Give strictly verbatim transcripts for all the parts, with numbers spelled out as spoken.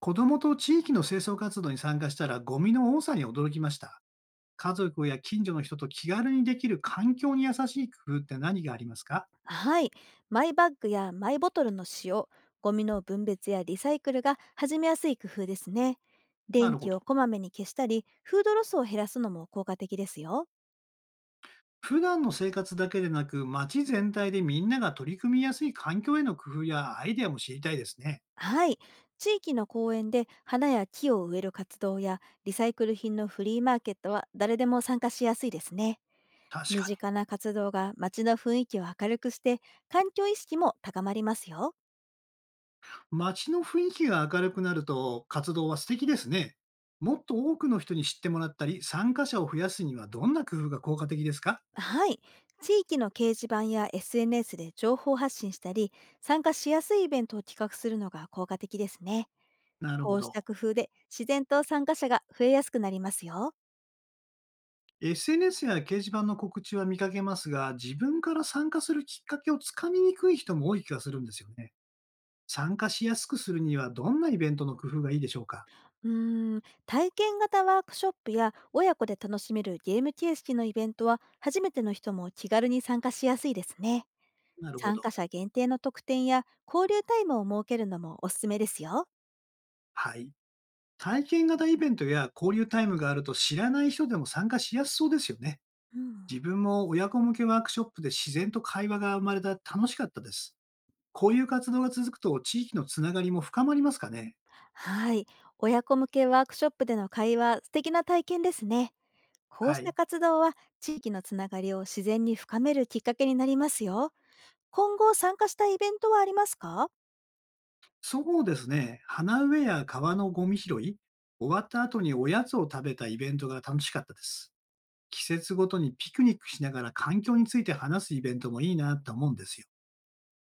子どもと地域の清掃活動に参加したらゴミの多さに驚きました。家族や近所の人と気軽にできる環境に優しい工夫って何がありますか？はい。マイバッグやマイボトルの使用、ゴミの分別やリサイクルが始めやすい工夫ですね。な電るほ気をど。こまめに消したり、フードロスを減らすのも効果的ですよ。普段の生活だけでなく、街全体でみんなが取り組みやすい環境への工夫やアイデアも知りたいですね。はい。地域の公園で花や木を植える活動やリサイクル品のフリーマーケットは誰でも参加しやすいですね。確身か近な活動が街の雰囲気を明るくして、環境意識も高まりますよ。に。街の雰囲気が明るくなると活動は素敵ですね。もっと多くの人に知ってもらったり、参加者を増やすにはどんな工夫が効果的ですか？はい。地域の掲示板や エスエヌエス で情報発信したり、参加しやすいイベントを企画するのが効果的ですね。なるこほうしど。た工夫で自然と参加者が増えやすくなりますよ。エスエヌエス や掲示板の告知は見かけますが、自分から参加するきっかけをつかみにくい人も多い気がするんですよね。参加しやすくするには、どんなイベントの工夫がいいでしょうか？うーん、体験型ワークショップや親子で楽しめるゲーム形式のイベントは初めての人も気軽に参加しやすいですね。なるほ参ど。加者限定の特典や交流タイムを設けるのもおすすめですよ。はい。体験型イベントや交流タイムがあると知らない人でも参加しやすそうですよね。うん、自分も親子向けワークショップで自然と会話が生まれた楽しかったです。こういう活動が続くと地域のつながりも深まりますかね？はい。親子向けワークショップでの会話、素敵な体験ですね。こうはしたい。活動は地域のつながりを自然に深めるきっかけになりますよ。今後参加したいイベントはありますか？そうですね。花植えや川のゴミ拾い、終わった後におやつを食べたイベントが楽しかったです。季節ごとにピクニックしながら環境について話すイベントもいいなと思うんですよ。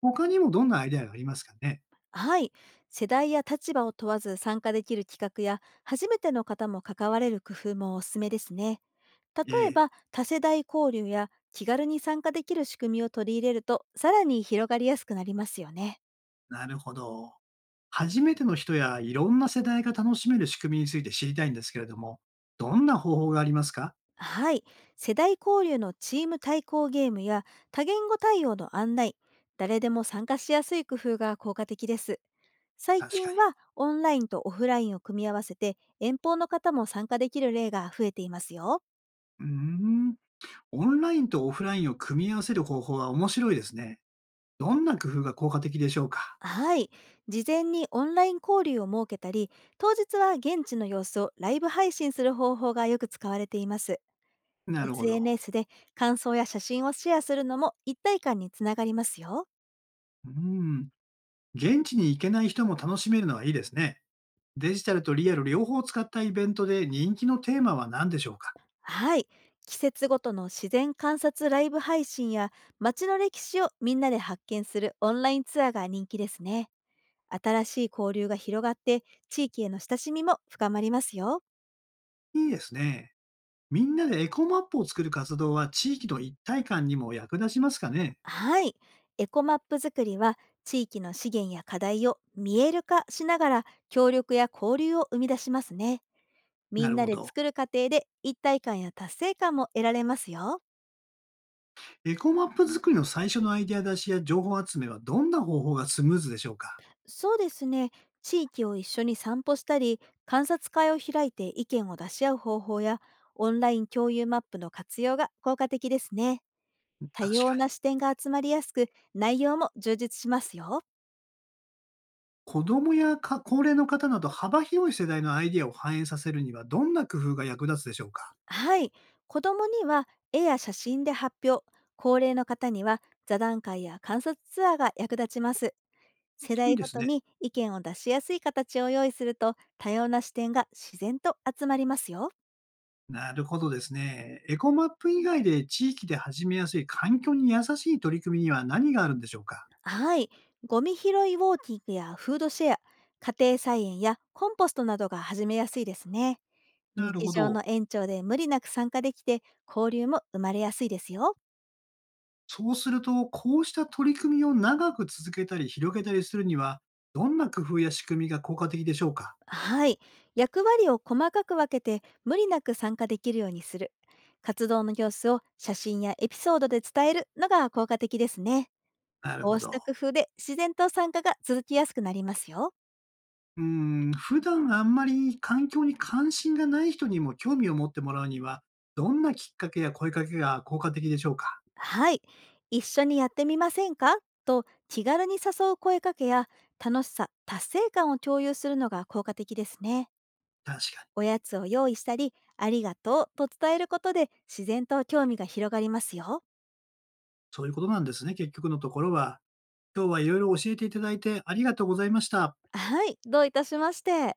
他にもどんなアイデアがありますかね？はい。世代や立場を問わず参加できる企画や、初めての方も関われる工夫もおすすめですね。例えええ、ば、多世代交流や気軽に参加できる仕組みを取り入れると、さらに広がりやすくなりますよね。なるほど。初めての人やいろんな世代が楽しめる仕組みについて知りたいんですけれども、どんな方法がありますか？はい。世代交流のチーム対抗ゲームや多言語対応の案内、誰でも参加しやすい工夫が効果的です。最確か近に。はオンラインとオフラインを組み合わせて遠方の方も参加できる例が増えていますよ。うーん。オンラインとオフラインを組み合わせる方法は面白いですね。どんな工夫が効果的でしょうか？はい。事前にオンライン交流を設けたり、当日は現地の様子をライブ配信する方法がよく使われています。なるほど。エスエヌエス で感想や写真をシェアするのも一体感につながりますよ。うん、現地に行けない人も楽しめるのはいいですね。デジタルとリアル両方を使ったイベントで人気のテーマは何でしょうか？はい。季節ごとの自然観察ライブ配信や街の歴史をみんなで発見するオンラインツアーが人気ですね。新しい交流が広がって、地域への親しみも深まりますよ。いいですね。みんなでエコマップを作る活動は地域の一体感にも役立ちますかね？はい。エコマップ作りは地域の資源や課題を見える化しながら協力や交流を生み出しますね。みなんるなほでど。作る過程で一体感や達成感も得られますよ。エコマップ作りの最初のアイデア出しや情報集めはどんな方法がスムーズでしょうか？そうですね。地域を一緒に散歩したり、観察会を開いて意見を出し合う方法や、オンライン共有マップの活用が効果的ですね。多確様かなに。視点が集まりやすく、内容も充実しますよ。子供やか高齢の方など幅広い世代のアイデアを反映させるにはどんな工夫が役立つでしょうか？はい。子供には絵や写真で発表、高齢の方には座談会や観察ツアーが役立ちます。世いい代でごすとね。に意見を出しやすい形を用意すると、多様な視点が自然と集まりますよ。なるほどですね。エコマップ以外で地域で始めやすい環境に優しい取り組みには何があるんでしょうか？はい。ゴミ拾いウォーキングやフードシェア、家庭菜園やコンポストなどが始めやすいですね。なる日ほ常ど。の延長で無理なく参加できて、交流も生まれやすいですよ。そうすると、こうした取り組みを長く続けたり広げたりするには、どんな工夫や仕組みが効果的でしょうか？はい。役割を細かく分けて無理なく参加できるようにする。活動の様子を写真やエピソードで伝えるのが効果的ですね。なるこほうしど。た工夫で自然と参加が続きやすくなりますよ。うーん、普段あんまり環境に関心がない人にも興味を持ってもらうには、どんなきっかけや声かけが効果的でしょうか？はい、一緒にやってみませんかと気軽に誘う声かけや、楽しさ、達成感を共有するのが効果的ですね。確かに。おやつを用意したり、ありがとうと伝えることで自然と興味が広がりますよ。そういうことなんですね、結局のところは。今日はいろいろ教えていただいてありがとうございました。はい、どういたしまして。